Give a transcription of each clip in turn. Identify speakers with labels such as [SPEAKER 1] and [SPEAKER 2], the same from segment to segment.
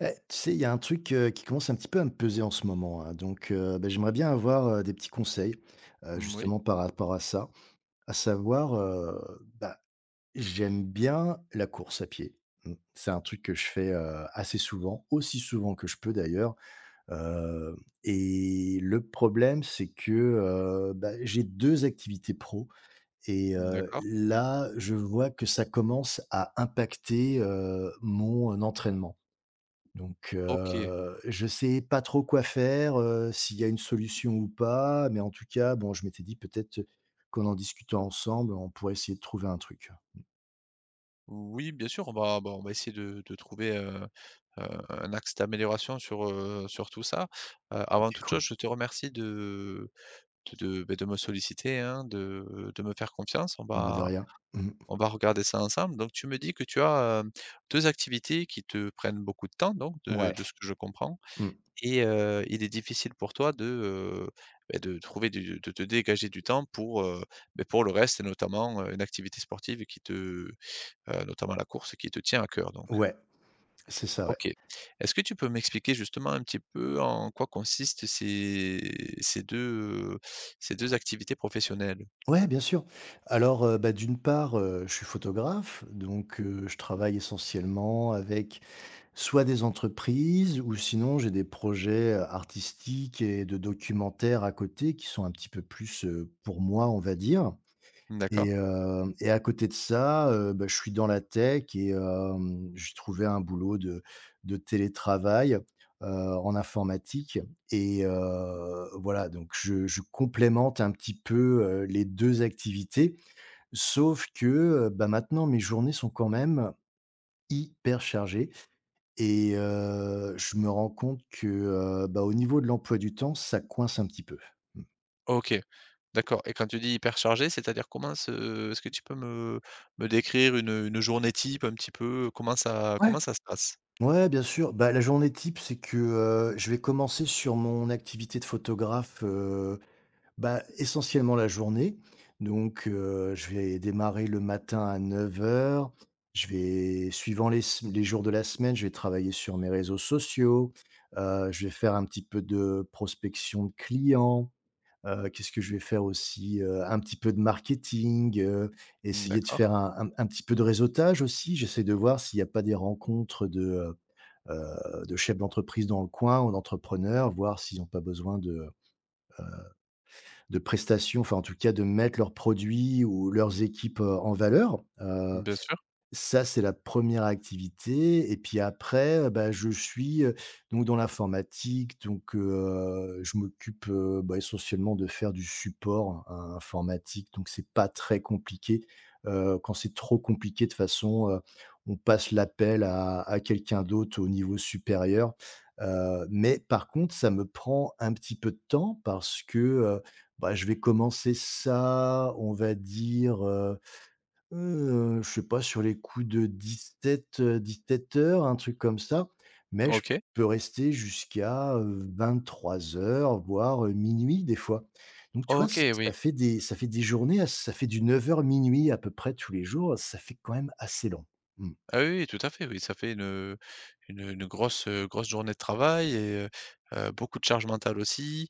[SPEAKER 1] Eh, tu sais, il y a un truc, qui commence un petit peu à me peser en ce moment, hein, donc j'aimerais bien avoir, des petits conseils,
[SPEAKER 2] Mmh. Oui,
[SPEAKER 1] justement par rapport à ça. À savoir, j'aime bien la course à pied. Mmh. C'est un truc que je fais, assez souvent, aussi souvent que je peux d'ailleurs. Heu et le problème, c'est que, j'ai 2 activités pro et
[SPEAKER 2] d'accord.
[SPEAKER 1] là, je vois que ça commence à impacter, mon entraînement.
[SPEAKER 2] OK.
[SPEAKER 1] Je sais pas trop quoi faire, s'il y a une solution ou pas, mais en tout cas, bon, je m'étais dit peut-être qu'en en discutant ensemble, on pourrait essayer de trouver un truc.
[SPEAKER 2] Oui, bien sûr, on va on va essayer de trouver, un axe d'amélioration sur, sur tout ça. Avant
[SPEAKER 1] OK,
[SPEAKER 2] toute
[SPEAKER 1] cool.
[SPEAKER 2] chose, je te remercie de me solliciter, hein, de me faire confiance.
[SPEAKER 1] Mais de rien. Mmh.
[SPEAKER 2] On va regarder ça ensemble. Donc tu me dis que tu as, 2 activités qui te prennent beaucoup de temps donc
[SPEAKER 1] Ouais.
[SPEAKER 2] de ce que je comprends.
[SPEAKER 1] Mmh.
[SPEAKER 2] Et il est difficile pour toi de, de trouver du de te dégager du temps pour, pour le reste et notamment, une activité sportive qui te notamment la course qui te tient à cœur donc.
[SPEAKER 1] Ouais, c'est ça, ouais.
[SPEAKER 2] OK. Est-ce que tu peux m'expliquer justement un petit peu en quoi consistent ces ces 2 ces 2 activités professionnelles?
[SPEAKER 1] Ouais, bien sûr. Alors, d'une part, je suis photographe, donc je travaille essentiellement avec soit des entreprises ou sinon j'ai des projets, artistiques et de documentaires à côté qui sont un petit peu plus, pour moi, on va dire.
[SPEAKER 2] D'accord.
[SPEAKER 1] Et à côté de ça, je suis dans la tech et j'ai trouvé un boulot de télétravail, heu, en informatique et voilà, donc je complémente un petit peu, les 2 activités. Sauf que, maintenant mes journées sont quand même hyper chargées et je me rends compte que, au niveau de l'emploi du temps, ça coince un petit peu.
[SPEAKER 2] OK, d'accord. Et quand tu dis hyper chargé, c'est-à-dire comment se est-ce que tu peux me décrire une journée type un petit peu?
[SPEAKER 1] Mmh.
[SPEAKER 2] Comment ça se passe?
[SPEAKER 1] Ouais, bien sûr. Bah, la journée type, c'est que, je vais commencer sur mon activité de photographe, essentiellement la journée. Donc, je vais démarrer le matin à 9 heures. Je vais, suivant les sem les jours de la semaine, je vais travailler sur mes réseaux sociaux. Je vais faire un petit peu de prospection de clients. Qu'est-ce que je vais faire aussi? Un petit peu de marketing, essayer de
[SPEAKER 2] D'accord,
[SPEAKER 1] faire un petit peu de réseautage aussi. J'essaie de voir s'il n'y a pas des rencontres euh, de chefs d'entreprise dans le coin ou d'entrepreneurs, voir s'ils n'ont pas besoin de prestations, enfin en tout cas de mettre leurs produits ou leurs équipes, en valeur.
[SPEAKER 2] bien sûr.
[SPEAKER 1] Ça, c'est la première activité et puis après, je suis, donc dans l'informatique, donc je m'occupe, essentiellement de faire du support, informatique, donc c'est pas très compliqué. Quand c'est trop compliqué de toute façon, on passe l'appel à quelqu'un d'autre au niveau supérieur. Mais par contre, ça me prend un petit peu de temps parce que, je vais commencer ça, on va dire, je sais pas, sur les coups de dix-sept heures, un truc comme ça, mais je
[SPEAKER 2] OK.
[SPEAKER 1] peux rester jusqu'à, 23 heures, voire, minuit des fois. Donc tu vois, ç
[SPEAKER 2] OK,
[SPEAKER 1] ça
[SPEAKER 2] oui.
[SPEAKER 1] fait des, ça fait des journées à ça fait du 9 heures minuit à peu près tous les jours, ça fait quand même assez long. Mmh.
[SPEAKER 2] Ah oui, oui, tout à fait, oui, ça fait une grosse, grosse journée de travail et beaucoup de charge mentale aussi.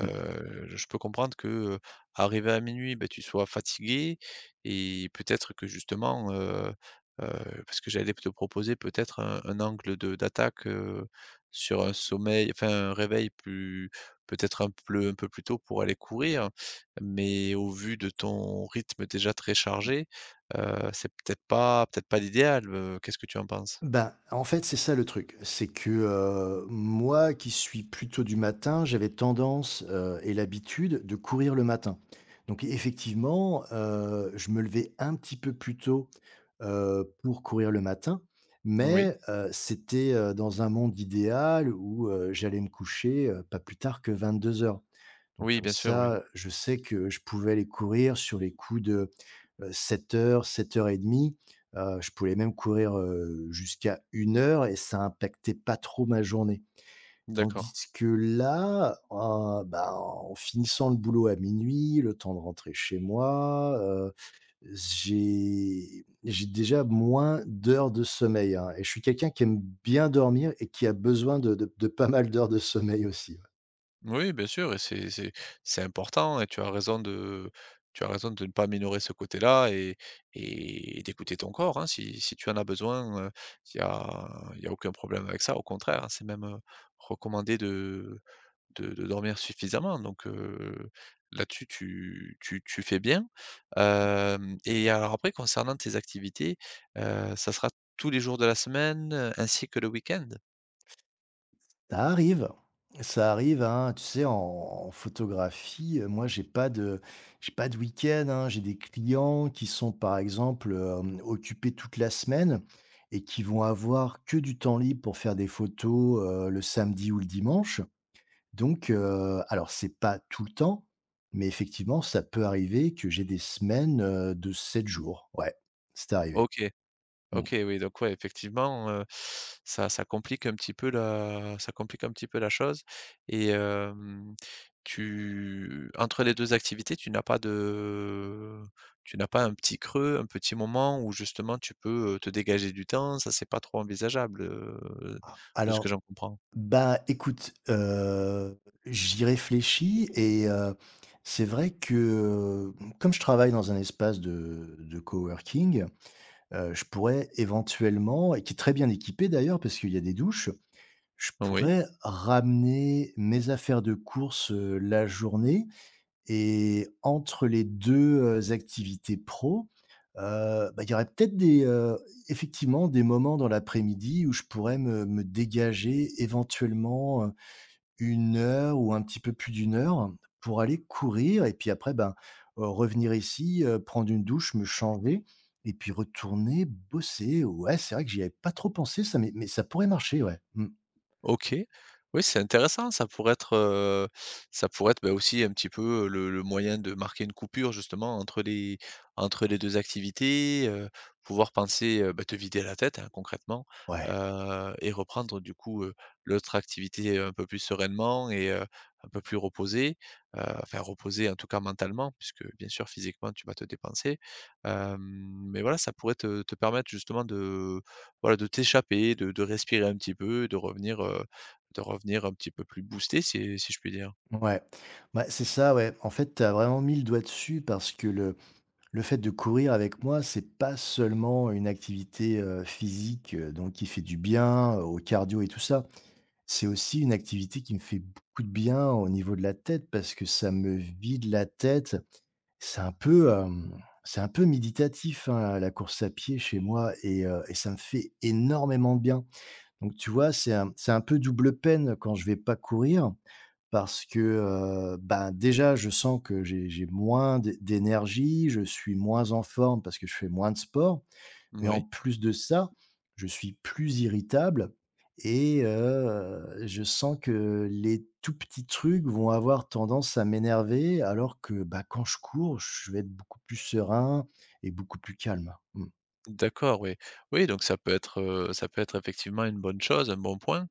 [SPEAKER 1] Mmh.
[SPEAKER 2] Je peux comprendre que, arrivé à minuit, beh, tu sois fatigué et peut-être que justement, heu, parce que j'allais te proposer peut-être un angle de d'attaque, sur un sommeil enfin un réveil plus peut-être un peu plus tôt pour aller courir. Mais au vu de ton rythme déjà très chargé. C'est peut-être pas l'idéal, qu'est-ce que tu en penses?
[SPEAKER 1] Bah, en fait, c'est ça le truc. C'est que, moi qui suis plutôt du matin, j'avais tendance, et l'habitude de courir le matin. Donc effectivement, je me levais un petit peu plus tôt, pour courir le matin,
[SPEAKER 2] Oui,
[SPEAKER 1] mais, c'était, dans un monde idéal où, j'allais me coucher, pas plus tard que 22 heures. Donc
[SPEAKER 2] oui,
[SPEAKER 1] comme
[SPEAKER 2] bien sûr, oui.
[SPEAKER 1] ça, je sais que je pouvais aller courir sur les coups de Sept heures, 7:00, 7:30, je pouvais même courir, jusqu'à une heure et ça impactait pas trop ma journée.
[SPEAKER 2] D'accord.
[SPEAKER 1] Tandis que là, en finissant le boulot à minuit, le temps de rentrer chez moi, j'ai déjà moins d'heures de sommeil, hein, et je suis quelqu'un qui aime bien dormir et qui a besoin de pas mal d'heures de sommeil aussi.
[SPEAKER 2] Oui, bien sûr. Et c'est important et tu as raison de tu as raison de ne pas minorer ce côté-là et d'écouter ton corps, hein, si si tu en as besoin, il y a aucun problème avec ça, au contraire, hein, c'est même, recommandé de dormir suffisamment donc là-dessus tu tu tu fais bien. Hem, et alors après concernant tes activités, ça sera tous les jours de la semaine, ainsi que le week-end?
[SPEAKER 1] Ça arrive, ça arrive, hein. Tu sais, en photographie, moi, j'ai pas de week-end, hein. J'ai des clients qui sont, par exemple, occupés toute la semaine et qui vont avoir que du temps libre pour faire des photos, le samedi ou le dimanche. Alors c'est pas tout le temps, mais effectivement, ça peut arriver que j'ai des semaines, de 7 jours. Ouais, c'est arrivé.
[SPEAKER 2] OK.
[SPEAKER 1] Mmh.
[SPEAKER 2] OK, oui, donc ouais, effectivement, ça ça complique un petit peu la ça complique un petit peu la chose et hem, tu entre les 2 activités, tu n'as pas de tu n'as pas un petit creux, un petit moment où justement tu peux, te dégager du temps? Ça, c'est pas trop envisageable,
[SPEAKER 1] A
[SPEAKER 2] de ce que
[SPEAKER 1] Alors,
[SPEAKER 2] j'en comprends?
[SPEAKER 1] bah, écoute, j'y réfléchis et, c'est vrai que, comme je travaille dans un espace de coworking, je pourrais éventuellement, et qui est très bien équipé d'ailleurs parce qu'il y a des douches, je
[SPEAKER 2] Oui.
[SPEAKER 1] pourrais ramener mes affaires de course la journée. Et entre les 2 activités pro, il y aurait peut-être des, effectivement des moments dans l'après-midi où je pourrais me dégager éventuellement, 1 heure ou un petit peu plus d'une heure pour aller courir et puis après, ben, revenir ici, prendre une douche, me changer et puis retourner bosser. Ouais, c'est vrai que j'y avais pas trop pensé ça, mais ça pourrait marcher, ouais. Mmh.
[SPEAKER 2] OK. Oui, c'est intéressant, ça pourrait être, bah, aussi un petit peu, le moyen de marquer une coupure justement entre les 2 activités, pouvoir penser, te vider la tête, hein, concrètement,
[SPEAKER 1] Ouais,
[SPEAKER 2] et reprendre du coup, l'autre activité un peu plus sereinement et un peu plus reposée, enfin reposée en tout cas mentalement puisque bien sûr physiquement tu vas te dépenser, hem, mais voilà, ça pourrait te te permettre justement de voilà, de t'échapper, de respirer un petit peu de revenir un petit peu plus boosté si si je puis dire?
[SPEAKER 1] ouais. Bah, c'est ça, ouais. En fait, tu as vraiment mis le doigt dessus parce que le fait de courir avec moi, c'est pas seulement une activité, physique, donc qui fait du bien, au cardio et tout ça. C'est aussi une activité qui me fait beaucoup de bien au niveau de la tête parce que ça me vide la tête. C'est un peu, c'est un peu méditatif, hein, la course à pied chez moi, et ça me fait énormément de bien. Donc tu vois, c'est un, c'est un peu double peine quand je vais pas courir parce que, ben, déjà, je sens que j'ai moins d'énergie, je suis moins en forme parce que je fais moins de sport, mais en
[SPEAKER 2] Oui,
[SPEAKER 1] plus de ça, je suis plus irritable et, je sens que les tout petits trucs vont avoir tendance à m'énerver alors que, bah, quand je cours, je vais être beaucoup plus serein et beaucoup plus calme. Mmh.
[SPEAKER 2] d'accord, oui. Oui, donc ça peut être effectivement une bonne chose, un bon point.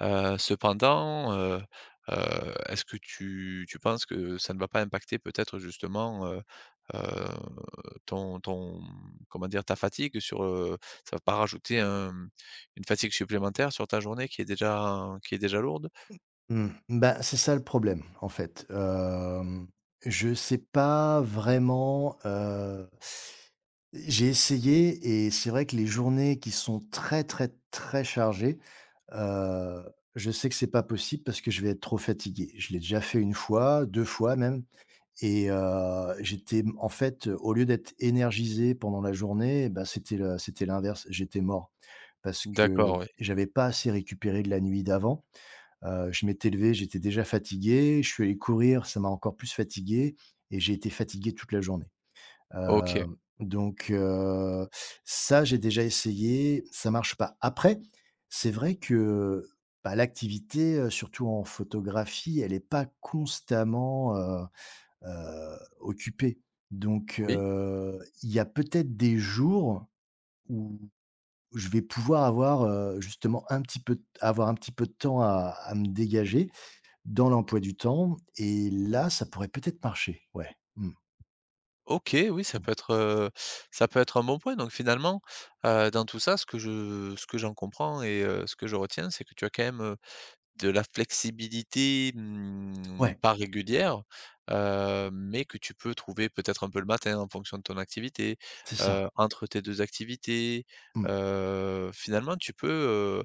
[SPEAKER 2] Cependant, est-ce que tu tu penses que ça ne va pas impacter peut-être justement, heu, ton ton, comment dire? Ta fatigue sur, ça va pas rajouter un une fatigue supplémentaire sur ta journée qui est déjà lourde?
[SPEAKER 1] Mmh. Bah, c'est ça le problème, en fait. Je sais pas vraiment, j'ai essayé et c'est vrai que les journées qui sont très, très, très chargées, heu, je sais que c'est pas possible parce que je vais être trop fatigué. Je l'ai déjà fait une fois, 2 fois même et, j'étais en fait, au lieu d'être énergisé pendant la journée, bah, c'était l'inverse, j'étais mort parce que
[SPEAKER 2] D'accord, oui.
[SPEAKER 1] j'avais pas assez récupéré de la nuit d'avant. Je m'étais levé, j'étais déjà fatigué, je suis allé courir, ça m'a encore plus fatigué et j'ai été fatigué toute la journée.
[SPEAKER 2] OK.
[SPEAKER 1] Hem, donc Ça, j'ai déjà essayé, ça marche pas. Après, c'est vrai que, bah, l'activité, surtout en photographie, elle n'est pas constamment, occupée.
[SPEAKER 2] Oui?
[SPEAKER 1] Il y a peut-être des jours où je vais pouvoir avoir, justement un petit peu, de temps à me dégager dans l'emploi du temps et là, ça pourrait peut-être marcher, ouais. Mmh.
[SPEAKER 2] OK, oui, ça peut être un bon point. Donc finalement, dans tout ça, ce que je ce que j'en comprends et ce que je retiens, c'est que tu as quand même, de la flexibilité, mmh,
[SPEAKER 1] Ouais,
[SPEAKER 2] pas régulière, mais que tu peux trouver peut-être un peu le matin en fonction de ton activité,
[SPEAKER 1] c'est ça.
[SPEAKER 2] entre tes 2 activités,
[SPEAKER 1] Mmh.
[SPEAKER 2] finalement tu peux,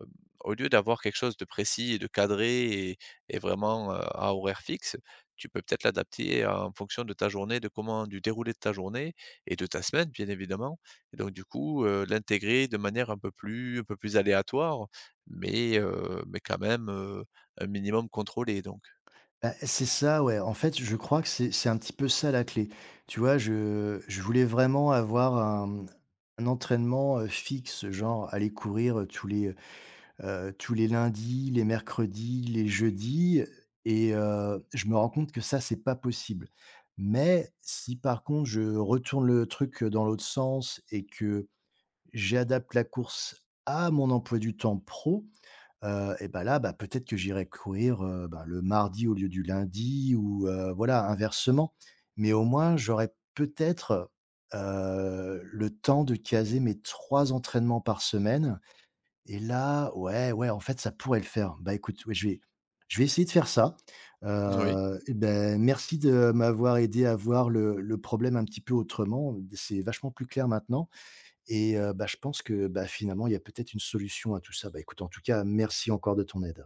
[SPEAKER 2] hem, au lieu d'avoir quelque chose de précis et de cadré et vraiment, à horaire fixe, tu peux peut-être l'adapter en fonction de ta journée, de comment du déroulé de ta journée et de ta semaine bien évidemment et donc du coup, l'intégrer de manière un peu plus aléatoire, mais quand même, un minimum contrôlé donc.
[SPEAKER 1] Bah, c'est ça, ouais. En fait, je crois que c'est un petit peu ça la clé. Tu vois, je voulais vraiment avoir un entraînement, fixe, genre aller courir, heu, tous les lundis, les mercredis, les jeudis. Et je me rends compte que ça, c'est pas possible. Mais si par contre je retourne le truc dans l'autre sens et que j'adapte la course à mon emploi du temps pro, ben là, bah, peut-être que j'irai courir, le mardi au lieu du lundi ou, voilà, inversement. Mais au moins, j'aurais peut-être, le temps de caser mes 3 entraînements par semaine et là, ouais, ouais, en fait, ça pourrait le faire. Bah, écoute, ouais, je vais essayer de faire ça.
[SPEAKER 2] Oui,
[SPEAKER 1] Merci de m'avoir aidé à voir le problème un petit peu autrement. C'est vachement plus clair maintenant. Et, je pense que, bah, finalement, il y a peut-être une solution à tout ça. Bah, écoute, en tout cas, merci encore de ton aide.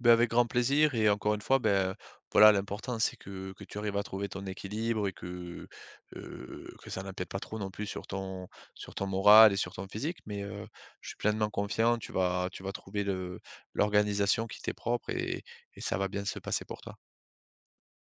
[SPEAKER 2] beh, avec grand plaisir et encore une fois, ben, voilà, l'important c'est que tu arrives à trouver ton équilibre et que ça n'empiète pas trop non plus sur ton moral et sur ton physique. Mais je suis pleinement confiant, tu vas trouver le l'organisation qui t'est propre et ça va bien se passer pour toi.